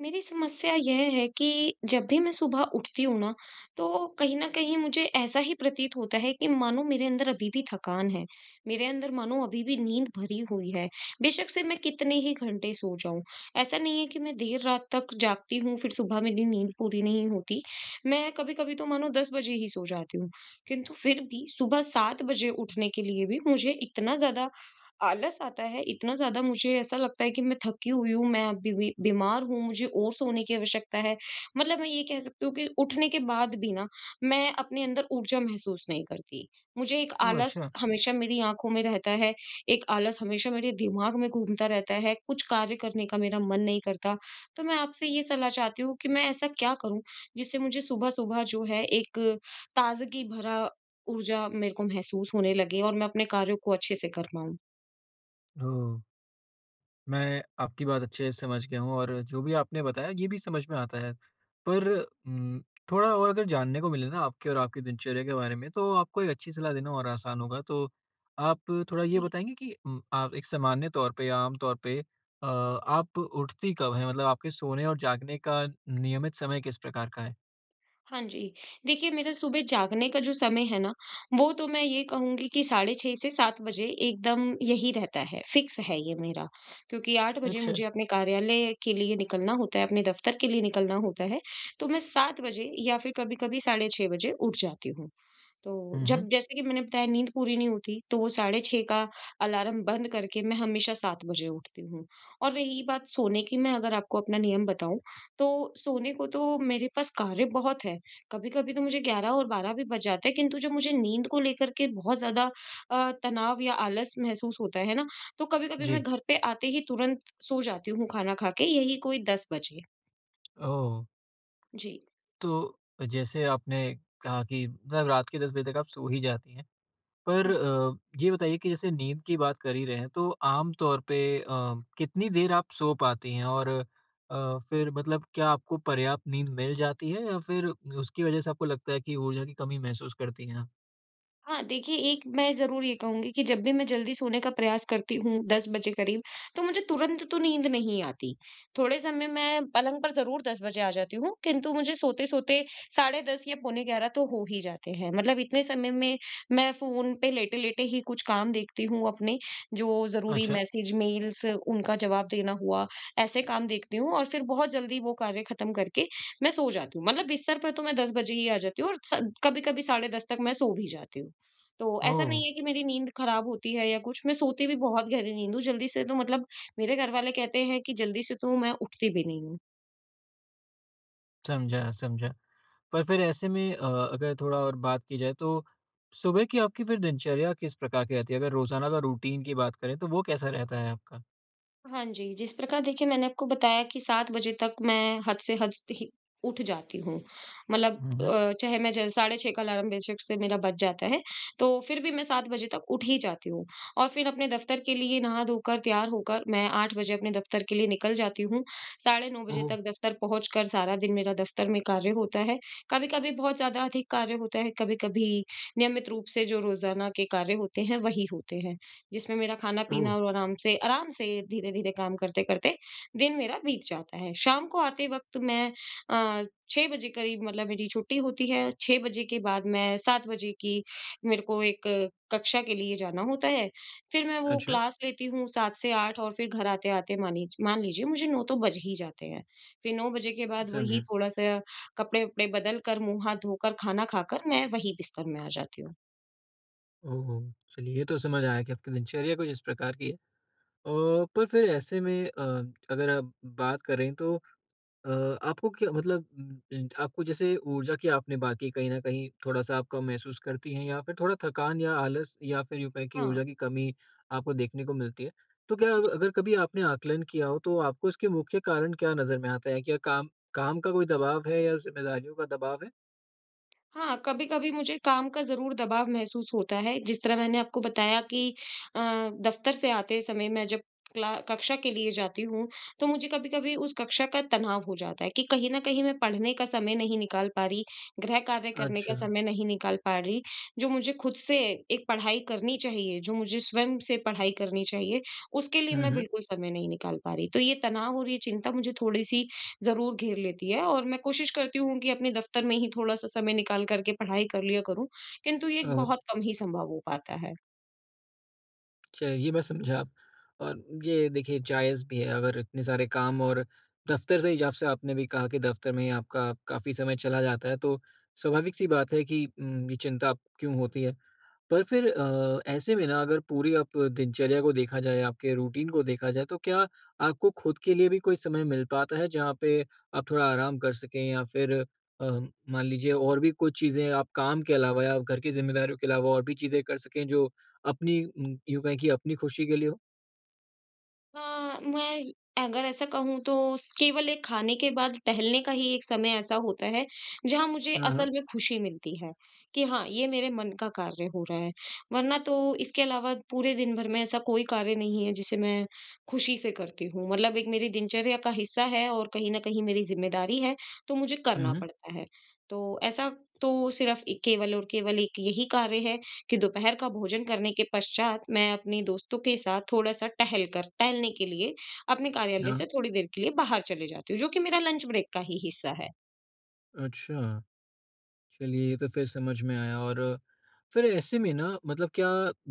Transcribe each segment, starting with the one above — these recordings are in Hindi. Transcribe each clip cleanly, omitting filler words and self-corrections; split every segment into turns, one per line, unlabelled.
मेरी समस्या यह है कि जब भी मैं सुबह उठती हूँ ना, तो कहीं न कहीं मुझे ऐसा ही प्रतीत होता है कि मानो मेरे अंदर अभी भी थकान है। मेरे अंदर मानो अभी भी नींद भरी हुई है। बेशक से मैं कितने ही घंटे सो जाऊँ। ऐसा नहीं है कि मैं देर रात तक जागती हूँ, फिर सुबह मेरी नींद पूरी नहीं होती। मैं कभी-कभी तो मानो 10 बजे ही सो जाती हूँ। किंतु फिर भी सुबह 7 बजे उठने के लिए भी मुझे इतना ज़्यादा आलस आता है, इतना ज़्यादा मुझे ऐसा लगता है कि मैं थकी हुई हूँ, मैं अभी भी बीमार हूँ, मुझे और सोने की आवश्यकता है। मतलब मैं ये कह सकती हूँ कि उठने के बाद भी ना, मैं अपने अंदर ऊर्जा महसूस नहीं करती। मुझे एक
ओह!
आलस
अच्छा।
हमेशा मेरी आँखों में रहता है, एक आलस हमेशा मेरे दिमाग में घूमता रहता है, कुछ कार्य करने का मेरा मन नहीं करता। तो मैं आपसे ये सलाह चाहती हूँ कि मैं ऐसा क्या करूँ, जिससे मुझे सुबह-सुबह जो है एक ताज़गी भरा ऊर्जा मेरे को महसूस होने लगे और मैं अपने कार्यों को अच्छे से कर पाऊँ?
ओह! मैं आपकी बात अच्छे से समझ गया हूँ और जो भी आपने बताया ये भी समझ में आता है। पर उम, थोड़ा और अगर जानने को मिले ना आपके और आपकी दिनचर्या के बारे में तो आपको एक अच्छी सलाह देना और आसान होगा। तो आप थोड़ा ये
जी,
बताएँगे कि आप एक सामान्य तौर पे या आम तौर पे आप उठती कब हैं? मतलब आपके सोने और जागने का नियमित समय किस प्रकार का है?
हाँ जी। देखिए मेरा सुबह जागने का जो समय है ना, वो तो मैं ये कहूँगी कि साढ़े 6 से 7 बजे एकदम यही रहता है, फिक्स है ये मेरा। क्योंकि 8 बजे
अच्छा।
मुझे अपने कार्यालय के लिए निकलना होता है, अपने दफ़्तर के लिए निकलना होता है, तो मैं 7 बजे या फिर कभी-कभी साढ़े 6 बजे उठ जाती हूँ। तो
हुँ, हुँ।
जब जैसे कि मैंने बताया नींद पूरी नहीं होती, तो वो 6:30 का अलार्म बंद करके मैं हमेशा 7 बजे उठती हूँ। और रही बात सोने की, मैं अगर आपको अपना नियम बताऊँ, तो सोने को तो मेरे पास कार्य बहुत हैं। कभी-कभी तो मुझे 11 और 12 भी बज जाते हैं, किंतु जब मुझे नींद को लेकर के बहुत ज़्यादा तनाव या आलस महसूस होता है ना, तो कभी-कभी मैं
जी।
घर पे आते ही तुरंत सो जाती हूँ खाना खा के, यही कोई 10 बजे।
ओह!
जी।
तो जैसे आपने कहा कि मतलब रात के 10 बजे तक आप सो ही जाती हैं। पर ये बताइए कि जैसे नींद की बात कर ही रहे हैं तो आम तौर पे कितनी देर आप सो पाती हैं? और फिर मतलब क्या आपको पर्याप्त नींद मिल जाती है या फिर उसकी वज़ह से आपको लगता है कि ऊर्जा की कमी महसूस करती हैं आप?
हाँ, देखिए एक मैं ज़रूर ये कहूँगी कि जब भी मैं जल्दी सोने का प्रयास करती हूँ 10 बजे करीब, तो मुझे तुरंत तो नींद नहीं आती। थोड़े समय मैं पलंग पर ज़रूर 10 बजे आ जाती हूँ, किंतु मुझे सोते-सोते साढ़े 10 या पौने 11 तो हो ही जाते हैं। मतलब इतने समय में मैं फ़ोन पे लेटे-लेटे ही कुछ काम देखती हूँ अपने, जो ज़रूरी
अच्छा,
मैसेज, मेल्स उनका जवाब देना हुआ, ऐसे काम देखती हूँ और फिर बहुत जल्दी वो कार्य ख़त्म करके मैं सो जाती हूँ। मतलब बिस्तर पे तो मैं 10 बजे ही आ जाती हूँ और स कभी-कभी साढ़े 10 तक मैं सो भी जाती हूँ। तो ऐसा
ओह!
नहीं है कि मेरी नींद खराब होती है या कुछ, मैं सोती भी बहुत गहरी नींद हूँ, जल्दी से तो मतलब मेरे घर वाले कहते हैं कि जल्दी से तो मैं उठती भी नहीं हूँ।
समझा, समझा। पर फिर ऐसे में अगर थोड़ा और बात की जाए तो सुबह की आपकी फिर दिनचर्या किस प्रकार की रहती है? अगर रोज़ाना का रूटीन की बात करें तो वो कैसा रहता है आपका?
हाँ जी, जिस प्रकार देखिए मैंने आपको बताया कि 7 बजे तक मैं हद से हद ही उठ जाती हूँ। मतलब
हुँ, हुँ।
चाहे मैं ज साढ़े 6 का अलार्म बेशक से मेरा बज जाता है, तो फिर भी मैं 7 बजे तक उठ ही जाती हूँ। और फिर अपने दफ़्तर के लिए नहा-धोकर तैयार होकर मैं 8 बजे अपने दफ़्तर के लिए निकल जाती हूँ। साढ़े 9 बजे
ओह!
तक दफ़्तर पहुँचकर सारा दिन मेरा दफ़्तर में कार्य होता है। कभी-कभी बहुत ज़्यादा अधिक कार्य होता है, कभी-कभी नियमित रूप से जो रोज़ाना के कार्य होते हैं, वही होते हैं। जिसमें मेरा
ओह!
खाना-पीना और आराम से धीरे-धीरे काम करते-करते दिन मेरा बीत जाता है। शाम को आते वक़्त मैं अ, 6 बजे करीब मतलब मेरी छुट्टी होती है। 6 बजे के बाद मैं 7 बजे की मेरे को एक कक्षा के लिए जाना होता है। फिर मैं वो
अच्छा,
क्लास लेती हूँ 7 से 8 और फिर घर आते-आते मान लीजिए मुझे 9 तो बज ही जाते हैं। फिर 9 बजे के बाद वही
समझा।
थोड़ा-सा कपड़े-वपड़े बदल कर, मुँह हाथ धोकर, खाना खाकर मैं वही बिस्तर में आ जाती हूँ।
ओह! चलिए, ये तो समझ आया कि आपकी दिनचर्या कुछ इस प्रकार की है। अ, पर फिर ऐसे में अगर आप बात करें तो अ, आपको क्या मतलब आपको जैसे ऊर्जा की आपने बात की कहीं न कहीं थोड़ा-सा आप कम महसूस करती हैं या फिर थोड़ा थकान या आलस या फिर यूँ कहें कि
हाँ।
ऊर्जा की कमी आपको देखने को मिलती है। तो क्या अगर कभी आपने आकलन किया हो तो आपको इसके मुख्य कारण क्या नज़र में आता है? क्या काम काम का कोई दबाव है या ज़िम्मेदारियों का दबाव है?
हाँ, कभी-कभी मुझे काम का ज़रूर दबाव महसूस होता है। जिस तरह मैंने आपको बताया कि दफ़्तर से आते समय मैं जब क्ला कक्षा के लिए जाती हूँ, तो मुझे कभी-कभी उस कक्षा का तनाव हो जाता है कि कहीं न कहीं मैं पढ़ने का समय नहीं निकाल पा रही, गृह कार्य करने का
अच्छा।
समय नहीं निकाल पा रही, जो मुझे खुद से एक पढ़ाई करनी चाहिए, जो मुझे स्वयं से पढ़ाई करनी चाहिए, उसके लिए
हुँ,
मैं
हुँ।
बिल्कुल समय नहीं निकाल पा रही। तो ये तनाव और ये चिंता मुझे थोड़ी-सी ज़रूर घेर लेती है और मैं कोशिश करती हूँ कि अपने दफ़्तर में ही थोड़ा-सा समय निकाल कर के पढ़ाई कर लिया करूँ, किंतु ये
ओह!
बहुत कम ही संभव हो पाता है।
चलिए, ये मैं समझा। और ये देखिए जायज़ भी है, अगर इतने सारे काम और दफ़्तर से ही आपसे आपने भी कहा कि दफ़्तर में ही आपका काफ़ी समय चला जाता है, तो स्वाभाविक सी बात है कि ये चिंता क्यों होती है। पर फिर ऐसे में ना अगर पूरी आप दिनचर्या को देखा जाए, आपके रूटीन को देखा जाए, तो क्या आपको खुद के लिए भी कोई समय मिल पाता है जहाँ पे आप थोड़ा आराम कर सकें, या फिर अ, मान लीजिए और भी कुछ चीज़ें आप काम के अलावा या घर की ज़िम्मेदारियों के अलावा और भी चीज़ें कर सकें जो अपनी यूँ कहें कि अपनी खुशी के लिए हो?
हाँ, मैं अगर ऐसा कहूँ तो स केवल एक खाने के बाद टहलने का ही एक समय ऐसा होता है, जहाँ मुझे
हाँ,
असल
हाँ।
में खुशी मिलती है, कि हाँ, ये मेरे मन का कार्य हो रहा है। वरना तो इसके अलावा पूरे दिन भर में ऐसा कोई कार्य नहीं है, जिसे मैं खुशी से करती हूँ। मतलब एक मेरी दिनचर्या का हिस्सा है और कहीं न कहीं मेरी ज़िम्मेदारी है, तो मुझे
हुँ,
करना
हुँ।
पड़ता है। तो ऐसा तो सिर्फ़ ए केवल और केवल एक यही कार्य है। कि दोपहर का भोजन करने के पश्चात मैं अपने दोस्तों के साथ थोड़ा-सा टहलने के लिए अपने कार्यालय
हाँ।
से थोड़ी देर के लिए बाहर चले जाती हूँ, जो कि मेरा लंच ब्रेक का ही हिस्सा है।
अच्छा, चलिए ये तो फिर समझ में आया। और फिर ऐसे में ना, मतलब क्या,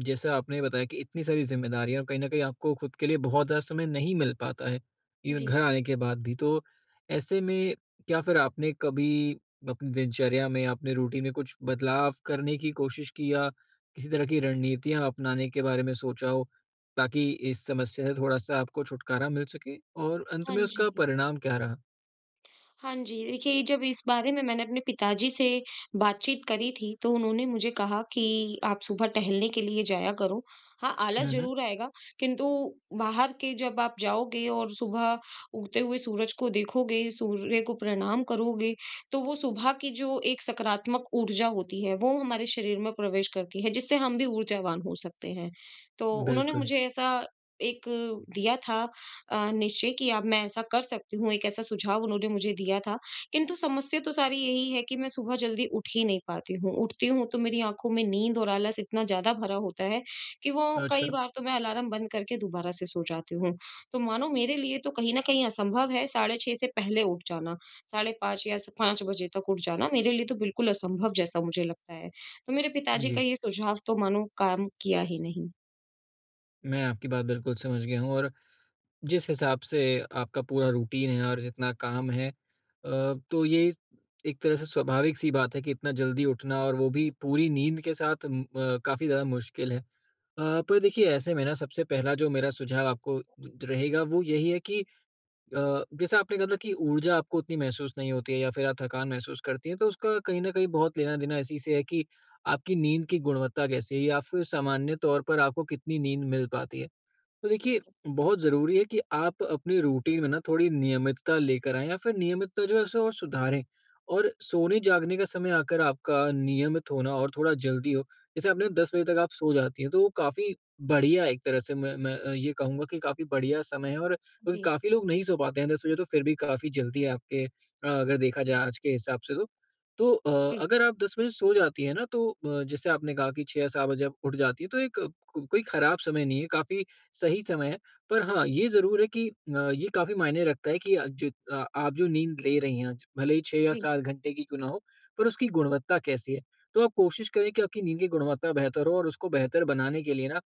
जैसा आपने बताया कि इतनी सारी ज़िम्मेदारियाँ और कहीं न कहीं आपको खुद के लिए बहुत ज़्यादा समय नहीं मिल पाता है, इवन
जी।
घर आने के बाद भी। तो ऐसे में क्या फिर आपने कभी अपनी दिनचर्या में, अपने रूटीन में कुछ बदलाव करने की कोशिश की, या किसी तरह की रणनीतियाँ अपनाने के बारे में सोचा हो, ताकि इस समस्या से थोड़ा-सा आपको छुटकारा मिल सके? और अंत
हाँ
में उसका
जी।
परिणाम क्या रहा?
हाँ जी, देखिए जब इस बारे में मैंने अपने पिताजी से बातचीत करी थी, तो उन्होंने मुझे कहा कि आप सुबह टहलने के लिए जाया करो। हाँ, आलस
हुँ, हुँ।
ज़रूर आएगा, किंतु बाहर के जब आप जाओगे और सुबह उगते हुए सूरज को देखोगे, सूर्य को प्रणाम करोगे, तो वो सुबह की जो एक सकारात्मक ऊर्जा होती है, वो हमारे शरीर में प्रवेश करती है, जिससे हम भी ऊर्जावान हो सकते हैं। तो उन्होंने
बिल्कुल।
मुझे ऐसा एक दिया था निश्चय किया, मैं ऐसा कर सकती हूँ, एक ऐसा सुझाव उन्होंने मुझे दिया था। किंतु समस्या तो सारी यही है कि मैं सुबह जल्दी उठ ही नहीं पाती हूँ। उठती हूँ तो मेरी आँखों में नींद और आलस इतना ज़्यादा भरा होता है कि वो
अच्छा।
कई बार तो मैं अलार्म बंद करके दोबारा से सो जाती हूँ। तो मानो मेरे लिए तो कहीं न कहीं असंभव है 6:30 से पहले उठ जाना, 5:30 या स 5 बजे तक उठ जाना मेरे लिए तो बिल्कुल असंभव जैसा मुझे लगता है। तो मेरे पिताजी का
जी,
ये सुझाव तो मानो काम किया ही नहीं।
मैं आपकी बात बिल्कुल समझ गया हूँ, और जिस हिसाब से आपका पूरा रूटीन है और जितना काम है तो ये एक तरह से स्वाभाविक सी बात है कि इतना जल्दी उठना और वो भी पूरी नींद के साथ काफी ज्यादा मुश्किल है। पर देखिए ऐसे में ना सबसे पहला जो मेरा सुझाव आपको रहेगा वो यही है कि जैसा आपने कहा था कि ऊर्जा आपको उतनी महसूस नहीं होती है या फिर आप थकान महसूस करती है, तो उसका कहीं ना कहीं बहुत लेना देना इसी से है कि आपकी नींद की गुणवत्ता कैसी है या फिर सामान्य तौर पर आपको कितनी नींद मिल पाती है। तो देखिए, बहुत ज़रूरी है कि आप अपने रूटीन में ना थोड़ी नियमितता लेकर आएँ, या फिर नियमितता जो है उसे और सुधारें। और सोने-जागने का समय आकर आपका नियमित होना और थोड़ा जल्दी हो। जैसे आपने 10 बजे तक आप सो जाती हैं, तो वो काफ़ी बढ़िया एक तरह से मैं ये कहूँगा कि काफ़ी बढ़िया समय है, और क्योंकि
जी,
काफ़ी लोग नहीं सो पाते हैं 10 बजे, तो फिर भी काफ़ी जल्दी है आपके अगर देखा जाए आज के हिसाब से तो। तो
जी,
अगर आप 10 बजे सो जाती हैं ना, तो जैसे आपने कहा कि 6 या 7 बजे आप उठ जाती हैं, तो एक को कोई खराब समय नहीं है, काफ़ी सही समय है। पर हाँ, ये ज़रूर है कि ये काफ़ी मायने रखता है कि आप जो नींद ले रही हैं, ज भले ही 6 या
जी,
7 घंटे की क्यों ना हो, पर उसकी गुणवत्ता कैसी है। तो आप कोशिश करें कि आपकी नींद की गुणवत्ता बेहतर हो, और उसको बेहतर बनाने के लिए ना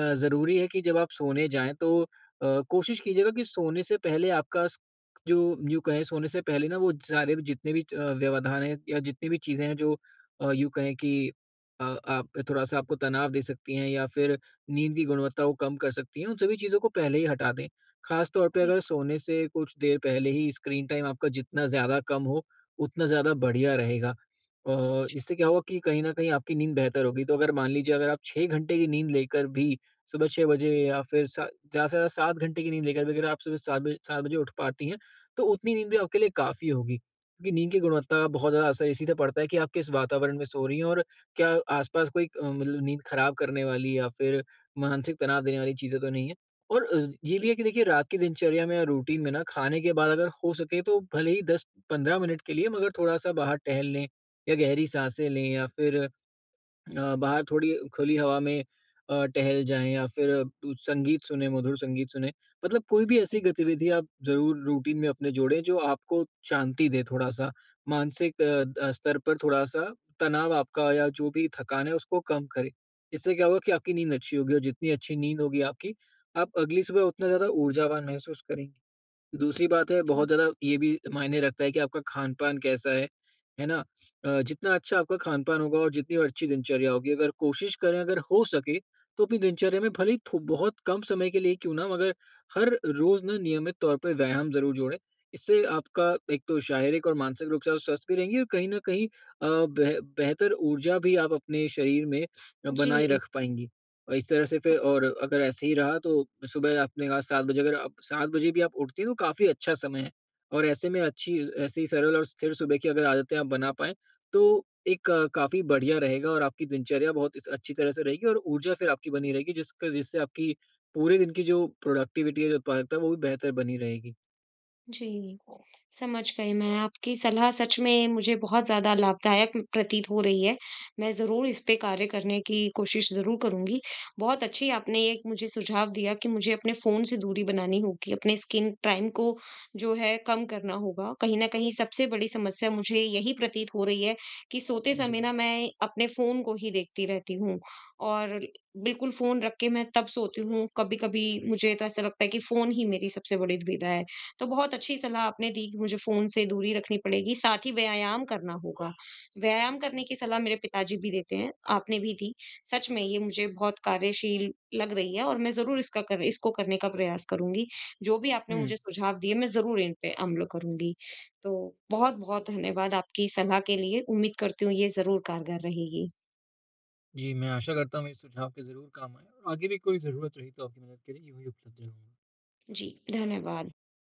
ज़रूरी है कि जब आप सोने जाएँ तो कोशिश कीजिएगा कि सोने से पहले आपका स जो, यूँ कहें, सोने से पहले ना वो सारे भी जितने भी व्यवधान हैं या जितनी भी चीज़ें हैं जो यूँ कहें कि आप थोड़ा-सा आपको तनाव दे सकती हैं या फिर नींद की गुणवत्ता को कम कर सकती हैं, उन सभी चीज़ों को पहले ही हटा दें। ख़ास तौर पे
जी।
अगर सोने से कुछ देर पहले ही स्क्रीन टाइम आपका जितना ज़्यादा कम हो, उतना ज़्यादा बढ़िया रहेगा।
अच्छा,
इससे क्या होगा कि कहीं न कहीं आपकी नींद बेहतर होगी। तो अगर मान लीजिए अगर आप 6 घंटे की नींद लेकर भी सुबह 6 बजे, या फिर सा ज़्यादा से ज़्यादा 7 घंटे की नींद लेकर भी अगर आप सुबह 7 बजे 7 बजे उठ पाती हैं, तो उतनी नींद भी आपके लिए काफ़ी होगी। क्योंकि नींद की गुणवत्ता का बहुत ज़्यादा असर इसी से पड़ता है कि आप किस वातावरण में सो रही हैं, और क्या आस-पास कोई मतलब नींद ख़राब करने वाली या फिर मानसिक तनाव देने वाली चीज़ें तो नहीं है। और ये भी
जी,
है कि देखिए रात की दिनचर्या में या रूटीन में ना, खाने के बाद अगर हो सके तो भले ही 10-15 मिनट के लिए मगर थोड़ा-सा बाहर टहल लें, या गहरी साँसें लें, या फिर बाहर थोड़ी खुली हवा में टहल जाएँ, या फिर कुछ संगीत सुनें, मधुर संगीत सुनें। मतलब कोई भी
जी।
ऐसी गतिविधि आप ज़रूर रूटीन में अपने जोड़ें जो आपको शांति दे थोड़ा-सा। मानसिक स्तर पर थोड़ा-सा तनाव आपका या जो भी थकान है उसको कम करे। इससे क्या होगा कि आपकी नींद अच्छी होगी, और जितनी अच्छी नींद होगी आपकी, आप अगली सुबह उतना ज़्यादा ऊर्जावान महसूस करेंगी। दूसरी बात है, बहुत ज़्यादा ये भी मायने रखता है कि आपका खान-पान कैसा है ना? जितना अच्छा आपका खान-पान होगा और जितनी अच्छी दिनचर्या होगी, अगर कोशिश करें, अगर हो सके, तो अपनी दिनचर्या में भले ही थो बहुत कम समय के लिए क्यों ना मगर हर रोज़ ना नियमित तौर पे व्यायाम ज़रूर जोड़ें। इससे आपका एक तो शारीरिक और मानसिक रूप से आप स्वस्थ भी रहेंगे, और कहीं न कहीं बेहतर ऊर्जा भी आप अपने शरीर में बनाए
जी।
रख पाएँगी। और इस तरह से फिर, और अगर ऐसे ही रहा तो, सुबह आपने कहा 7 बजे, अगर आप 7 बजे भी आप उठती हैं तो काफ़ी अच्छा समय है। और ऐसे में अच्छी ऐसे ही सरल और स्थिर सुबह की अगर आदतें आप बना पाएँ, तो एक काफ़ी बढ़िया रहेगा, और आपकी दिनचर्या बहुत इस अच्छी तरह से रहेगी और ऊर्जा फिर आपकी बनी रहेगी, जिसका जिससे आपकी पूरे दिन की जो प्रोडक्टिविटी है, जो उत्पादकता है वो भी बेहतर बनी रहेगी।
जी, समझ गई मैं। आपकी सलाह सच में मुझे बहुत ज़्यादा लाभदायक प्रतीत हो रही है। मैं ज़रूर इस पे कार्य करने की कोशिश ज़रूर करूँगी। बहुत अच्छी आपने एक मुझे सुझाव दिया कि मुझे अपने फ़ोन से दूरी बनानी होगी, अपने स्क्रीन टाइम को जो है कम करना होगा। कहीं न कहीं सबसे बड़ी समस्या मुझे यही प्रतीत हो रही है कि सोते
जी।
समय ना मैं अपने फ़ोन को ही देखती रहती हूँ और बिल्कुल फ़ोन रख के मैं तब सोती हूँ। कभी-कभी मुझे तो ऐसा लगता है कि फ़ोन ही मेरी सबसे बड़ी दुविधा है। तो बहुत अच्छी सलाह आपने दी कि मुझे फ़ोन से दूरी रखनी पड़ेगी, साथ ही व्यायाम करना होगा। व्यायाम करने की सलाह मेरे पिताजी भी देते हैं, आपने भी दी। सच में ये मुझे बहुत कार्यशील लग रही है और मैं ज़रूर इसका कर इसको करने का प्रयास करूँगी। जो भी आपने
हुँ।
मुझे सुझाव दिए, मैं ज़रूर इन पे अमल करूँगी। तो बहुत-बहुत धन्यवाद आपकी सलाह के लिए। उम्मीद करती हूँ ये ज़रूर कारगर रहेगी।
जी, मैं आशा करता हूँ मेरे सुझाव के ज़रूर काम आएँ, और आगे भी कोई ज़रूरत रही तो आपकी मदद के लिए यूँ ही उपलब्ध रहूँगा।
जी, धन्यवाद।